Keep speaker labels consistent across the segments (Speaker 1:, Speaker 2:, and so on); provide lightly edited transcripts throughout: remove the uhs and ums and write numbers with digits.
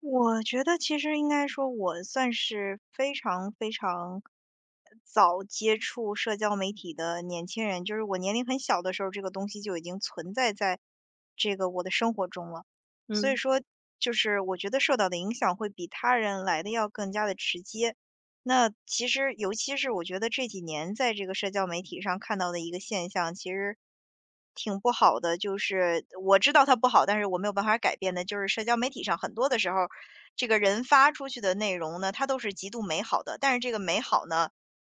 Speaker 1: 我觉得其实应该说，我算是非常非常早接触社交媒体的年轻人，就是我年龄很小的时候，这个东西就已经存在在这个我的生活中了。所以
Speaker 2: 嗯
Speaker 1: 说，就是我觉得受到的影响会比他人来的要更加的直接。那其实尤其是我觉得这几年在这个社交媒体上看到的一个现象，其实挺不好的。就是我知道它不好，但是我没有办法改变的，就是社交媒体上很多的时候，这个人发出去的内容呢，它都是极度美好的，但是这个美好呢，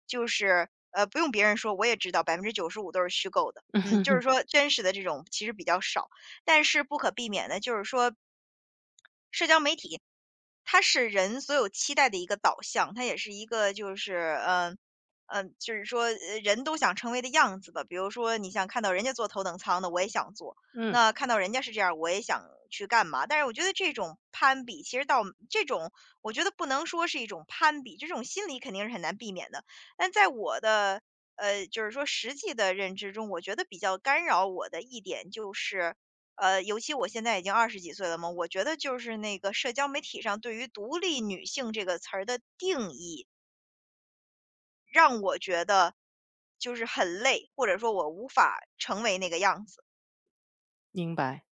Speaker 1: 就是不用别人说，我也知道95%都是虚构的。嗯，就是 说真实的这种其实比较少，但是不可避免的，就是说社交媒体，它是人所有期待的一个导向，它也是一个就是，嗯就是说，人都想成为的样子吧。比如说你想看到人家坐头等舱的，我也想坐；
Speaker 2: 嗯，
Speaker 1: 那看到人家是这样，我也想去干嘛。但是我觉得这种攀比，其实到这种我觉得不能说是一种攀比，这种心理肯定是很难避免的。但在我的，就是说实际的认知中，我觉得比较干扰我的一点就是尤其我现在已经二十几岁了嘛，我觉得就是那个社交媒体上对于"独立女性"这个词儿的定义，让我觉得就是很累，或者说我无法成为那个样子。
Speaker 2: 明白。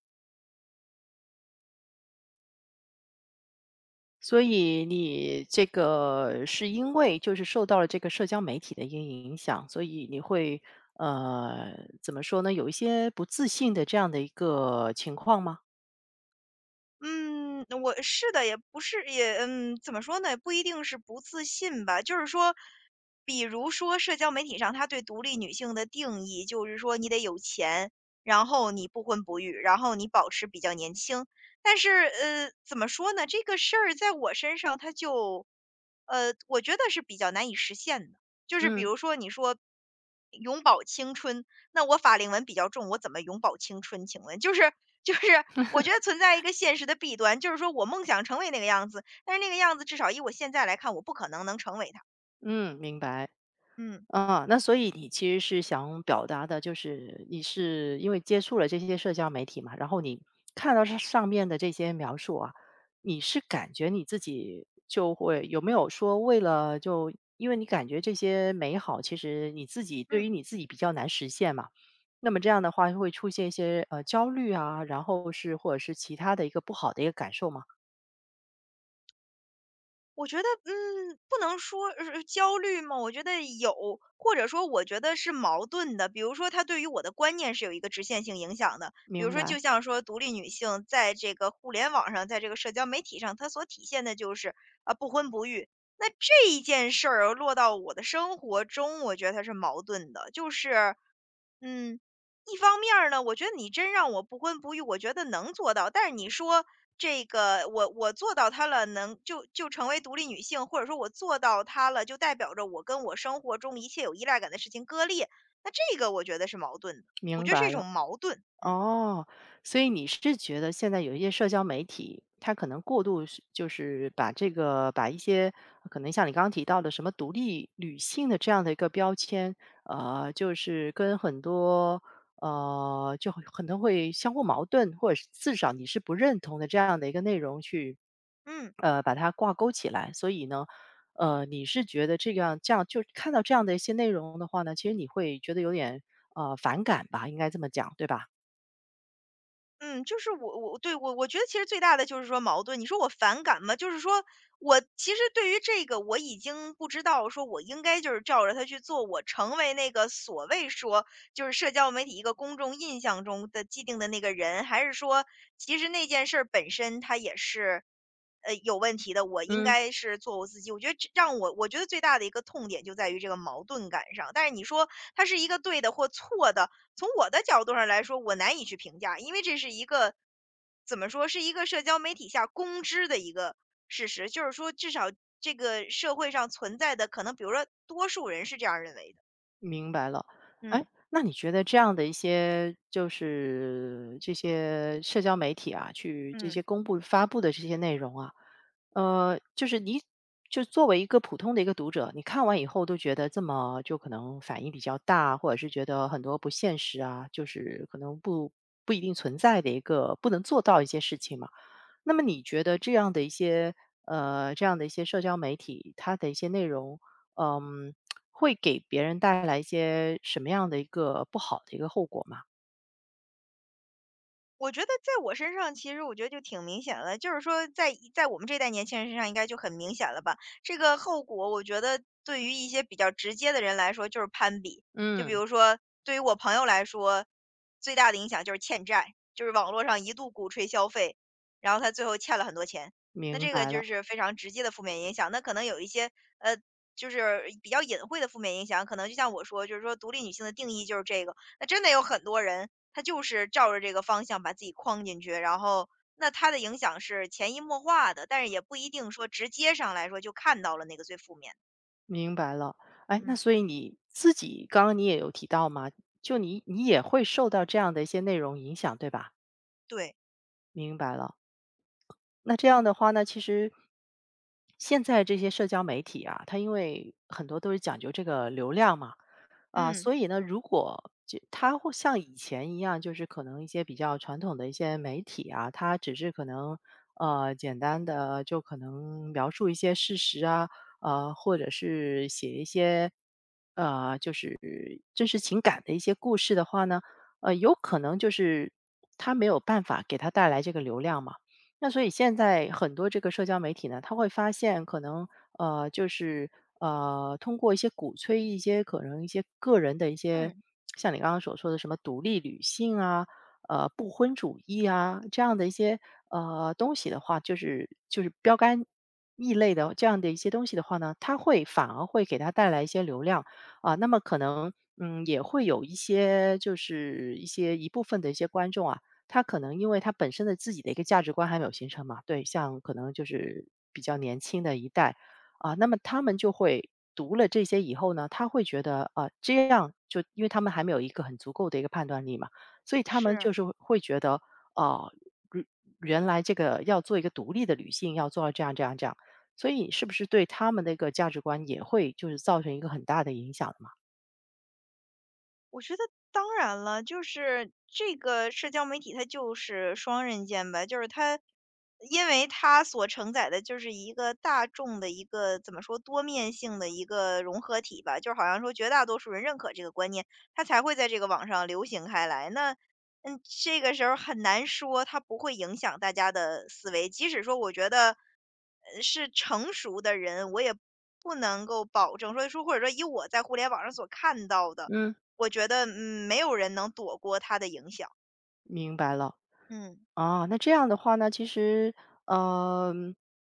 Speaker 2: 所以你这个是因为就是受到了这个社交媒体的一个影响，所以你会呃怎么说呢？有一些不自信的这样的一个情况吗？
Speaker 1: 嗯，我是的，也不是怎么说呢？不一定是不自信吧，就是说，比如说社交媒体上，他对独立女性的定义，就是说你得有钱，然后你不婚不育，然后你保持比较年轻。但是，怎么说呢？这个事儿在我身上，它就，我觉得是比较难以实现的。就是比
Speaker 2: 嗯
Speaker 1: 如说，你说永葆青春，那我法令纹比较重，我怎么永葆青春？请问，就是我觉得存在一个现实的弊端，就是说我梦想成为那个样子，但是那个样子至少以我现在来看，我不可能能成为他。
Speaker 2: 嗯，明白。
Speaker 1: 嗯
Speaker 2: 啊，那所以你其实是想表达的，就是你是因为接触了这些社交媒体嘛，然后你看到上面的这些描述啊，你是感觉你自己就会有没有说为了就因为你感觉这些美好，其实你自己对于
Speaker 1: 嗯，
Speaker 2: 你自己比较难实现嘛，那么这样的话会出现一些焦虑啊，然后是或者是其他的一个不好的一个感受嘛？
Speaker 1: 我觉得不能说是焦虑吗？我觉得有，或者说我觉得是矛盾的。比如说，他对于我的观念是有一个直线性影响的。比如
Speaker 2: 明
Speaker 1: 说，
Speaker 2: 白，
Speaker 1: 就像说独立女性在这个互联网上，在这个社交媒体上，她所体现的就是不婚不育。那这一件事儿落到我的生活中，我觉得它是矛盾的，就是。嗯，一方面儿呢，我觉得你真让我不婚不育，我觉得能做到。但是你说这个，我做到它了，能就成为独立女性，或者说我做到它了，就代表着我跟我生活中一切有依赖感的事情割裂。那这个我觉得是矛盾的，我
Speaker 2: 明
Speaker 1: 觉得是
Speaker 2: 白
Speaker 1: 一种
Speaker 2: 了。
Speaker 1: 矛盾。嗯
Speaker 2: 哦，所以你是觉得现在有一些社交媒体，它可能过度是就是把这个把一些可能像你刚刚提到的什么独立女性的这样的一个标签，就是跟很多就很可能会相互矛盾，或者是至少你是不认同的这样的一个内容去，
Speaker 1: 嗯。
Speaker 2: 把它挂钩起来。所以呢，你是觉得这样就看到这样的一些内容的话呢，其实你会觉得有点反感吧，应该这么讲，对吧？
Speaker 1: 嗯，就是我对，我觉得其实最大的就是说矛盾。你说我反感吗？就是说我其实对于这个我已经不知道，说我应该就是照着他去做，我成为那个所谓说就是社交媒体一个公众印象中的既定的那个人，还是说其实那件事儿本身它也是有问题的，我应
Speaker 2: 嗯，
Speaker 1: 该是做我自己。我觉得这让我觉得最大的一个痛点就在于这个矛盾感上。但是你说它是一个对的或错的，从我的角度上来说，我难以去评价，因为这是一个怎么说，是一个社交媒体下公知的一个事实，就是说至少这个社会上存在的可能，比如说多数人是这样认为的。
Speaker 2: 明白了。哎，
Speaker 1: 嗯。
Speaker 2: 那你觉得这样的一些就是这些社交媒体啊，去这
Speaker 1: 嗯。
Speaker 2: 些公布发布的这些内容啊，就是你就作为一个普通的一个读者，你看完以后都觉得这么就可能反应比较大，或者是觉得很多不现实啊，就是可能不一定存在的一个不能做到一些事情嘛。那么你觉得这样的一些这样的一些社交媒体，它的一些内容，嗯，会给别人带来一些什么样的一个不好的一个后果吗？
Speaker 1: 我觉得在我身上，其实我觉得就挺明显的，就是说在一在我们这代年轻人身上应该就很明显了吧。这个后果，我觉得对于一些比较直接的人来说就是攀比，就比
Speaker 2: 嗯，
Speaker 1: 如说对于我朋友来说，最大的影响就是欠债，就是网络上一度鼓吹消费，然后他最后欠了很多钱，那
Speaker 2: 明
Speaker 1: 这个
Speaker 2: 白
Speaker 1: 就
Speaker 2: 了，
Speaker 1: 是非常直接的负面影响。那可能有一些呃，就是比较隐晦的负面影响，可能就像我说，就是说独立女性的定义就是这个，那真的有很多人。他就是照着这个方向把自己框进去，然后那他的影响是潜移默化的，但是也不一定说直接上来说就看到了那个最负面的。
Speaker 2: 明白了。哎，那
Speaker 1: 嗯，
Speaker 2: 所以你自己刚刚你也有提到嘛，就你也会受到这样的一些内容影响，对吧？
Speaker 1: 对，
Speaker 2: 明白了。那这样的话呢，其实现在这些社交媒体啊，它因为很多都是讲究这个流量嘛，啊，
Speaker 1: 嗯
Speaker 2: 所以呢，如果就它会像以前一样，就是可能一些比较传统的一些媒体啊，它只是可能简单的就可能描述一些事实啊，或者是写一些就是真实情感的一些故事的话呢，有可能就是它没有办法给它带来这个流量嘛。那所以现在很多这个社交媒体呢，他会发现可能就是通过一些鼓吹一些可能一些个人的一些，
Speaker 1: 嗯，
Speaker 2: 像你刚刚所说的什么独立女性啊，不婚主义啊这样的一些东西的话，就是标杆异类的这样的一些东西的话呢，它会反而会给他带来一些流量啊、那么可能也会有一些就是一些一部分的一些观众啊。他可能因为他本身的自己的一个价值观还没有形成嘛，对，像可能就是比较年轻的一代啊，那么他们就会读了这些以后呢，他会觉得啊，这样就因为他们还没有一个很足够的一个判断力嘛，所以他们
Speaker 1: 是。
Speaker 2: 就是会觉得啊，如原来这个要做一个独立的女性，要做到这样这样这样，所以是不是对他们的一个价值观也会就是造成一个很大的影响的嘛？
Speaker 1: 我觉得当然了，就是这个社交媒体它就是双刃剑吧，就是它，因为它所承载的就是一个大众的一个怎么说多面性的一个融合体吧，就是好像说绝大多数人认可这个观念，它才会在这个网上流行开来。那这个时候很难说它不会影响大家的思维，即使说我觉得是成熟的人，我也不能够保证说或者说以我在互联网上所看到的。
Speaker 2: 嗯，
Speaker 1: 我觉得，嗯，没有人能躲过它的影响。
Speaker 2: 明白了。
Speaker 1: 嗯。
Speaker 2: 啊，那这样的话呢，其实，嗯，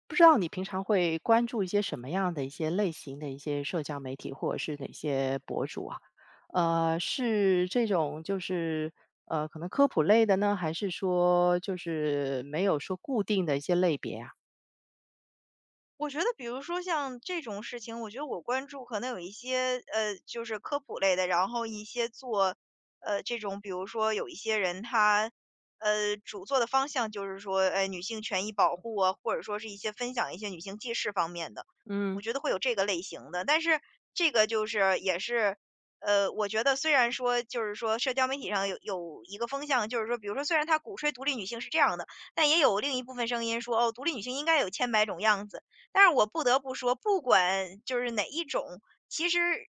Speaker 2: 不知道你平常会关注一些什么样的一些类型的一些社交媒体，或者是哪些博主啊？是这种就是可能科普类的呢，还是说就是没有说固定的一些类别啊？
Speaker 1: 我觉得比如说像这种事情，我觉得我关注可能有一些就是科普类的，然后一些做这种，比如说有一些人他主做的方向就是说，女性权益保护啊，或者说是一些分享一些女性记事方面的，
Speaker 2: 嗯。
Speaker 1: 我觉得会有这个类型的。但是这个就是也是我觉得虽然说就是说社交媒体上有一个风向，就是说比如说虽然他鼓吹独立女性是这样的，但也有另一部分声音说哦，独立女性应该有千百种样子。但是我不得不说，不管就是哪一种，其实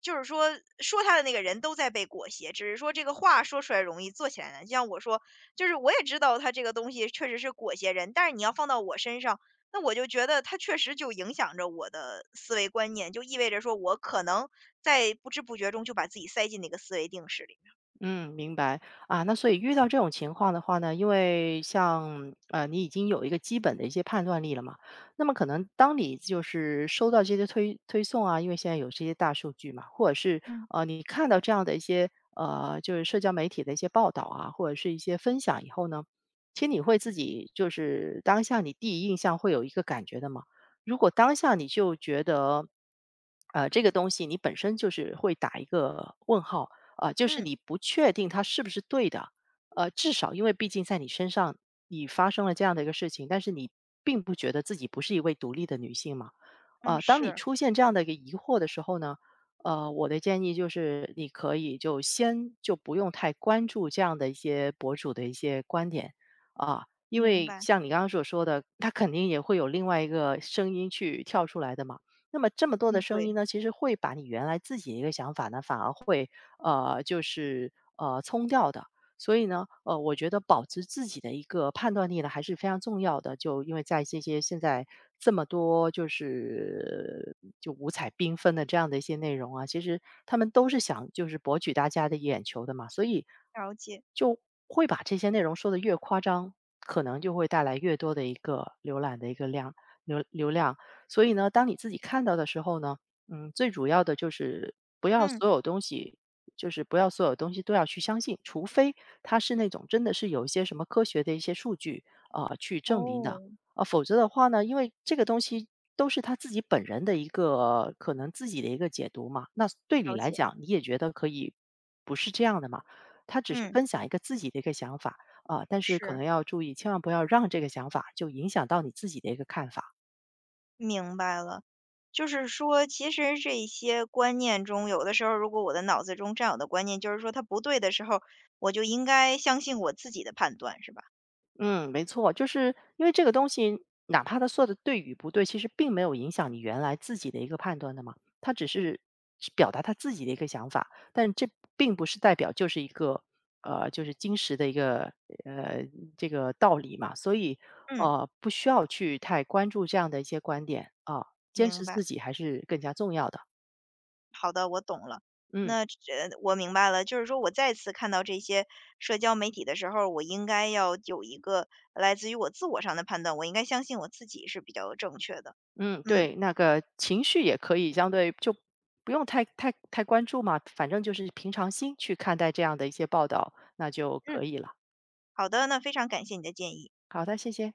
Speaker 1: 就是说他的那个人都在被裹挟，只是说这个话说出来容易，做起来难。就像我说，就是我也知道他这个东西确实是裹挟人，但是你要放到我身上，那我就觉得他确实就影响着我的思维观念，就意味着说我可能在不知不觉中就把自己塞进那个思维定式里面。
Speaker 2: 嗯，明白啊。那所以遇到这种情况的话呢，因为像你已经有一个基本的一些判断力了嘛，那么可能当你就是收到这些推送啊，因为现在有这些大数据嘛，或者是
Speaker 1: 嗯
Speaker 2: 你看到这样的一些就是社交媒体的一些报道啊，或者是一些分享以后呢，其实你会自己就是当下你第一印象会有一个感觉的嘛。如果当下你就觉得，这个东西你本身就是会打一个问号。啊，就是
Speaker 1: 嗯
Speaker 2: 你不确定它是不是对的，至少因为毕竟在你身上你发生了这样的一个事情，但是你并不觉得自己不是一位独立的女性嘛，
Speaker 1: 嗯，
Speaker 2: 当你
Speaker 1: 是，
Speaker 2: 出现这样的一个疑惑的时候呢，我的建议就是你可以就先就不用太关注这样的一些博主的一些观点啊。因
Speaker 1: 明
Speaker 2: 为
Speaker 1: 白，
Speaker 2: 像你刚刚所说的，他肯定也会有另外一个声音去跳出来的嘛。那么这么多的
Speaker 1: 嗯，
Speaker 2: 声音
Speaker 1: 对，
Speaker 2: 呢，其实会把你原来自己的一个想法呢，反而会就是冲掉的。所以呢，我觉得保持自己的一个判断力呢，还是非常重要的。就因为在这些现在这么多就是就五彩缤纷的这样的一些内容啊，其实他们都是想就是博取大家的眼球的嘛，所以
Speaker 1: 了解，
Speaker 2: 就会把这些内容说的越夸张，可能就会带来越多的一个浏览的一个流量。所以呢，当你自己看到的时候呢，最主要的就是
Speaker 1: 嗯，
Speaker 2: 不要所有东西都要去相信，除非他是那种真的是有一些什么科学的一些数据啊、去证明的
Speaker 1: 哦，
Speaker 2: 啊、否则的话呢，因为这个东西都是他自己本人的一个可能自己的一个解读嘛，那对你
Speaker 1: 了
Speaker 2: 来
Speaker 1: 解，
Speaker 2: 讲你也觉得可以不是这样的嘛，他只是
Speaker 1: 嗯，
Speaker 2: 分享一个自己的一个想法啊、但是可
Speaker 1: 是。
Speaker 2: 能要注意，千万不要让这个想法就影响到你自己的一个看法。
Speaker 1: 明白了，就是说，其实这些观念中，有的时候如果我的脑子中占有的观念就是说它不对的时候，我就应该相信我自己的判断，是吧？
Speaker 2: 嗯，没错，就是因为这个东西，哪怕他说的对与不对，其实并没有影响你原来自己的一个判断的嘛。他只是表达他自己的一个想法，但这并不是代表就是一个就是金石的一个呃这个道理嘛。所以
Speaker 1: 嗯，
Speaker 2: 不需要去太关注这样的一些观点啊，坚持
Speaker 1: 明
Speaker 2: 自
Speaker 1: 白。
Speaker 2: 己还是更加重要的。
Speaker 1: 好的，我懂了。
Speaker 2: 嗯。
Speaker 1: 那这我明白了，就是说我再次看到这些社交媒体的时候，我应该要有一个来自于我自我上的判断，我应该相信我自己是比较正确的。
Speaker 2: 嗯，
Speaker 1: 嗯
Speaker 2: 对，那个情绪也可以相对就不用太关注嘛，反正就是平常心去看待这样的一些报道，那就可
Speaker 1: 嗯，
Speaker 2: 以了。
Speaker 1: 好的，那非常感谢你的建议。
Speaker 2: 好的，谢谢。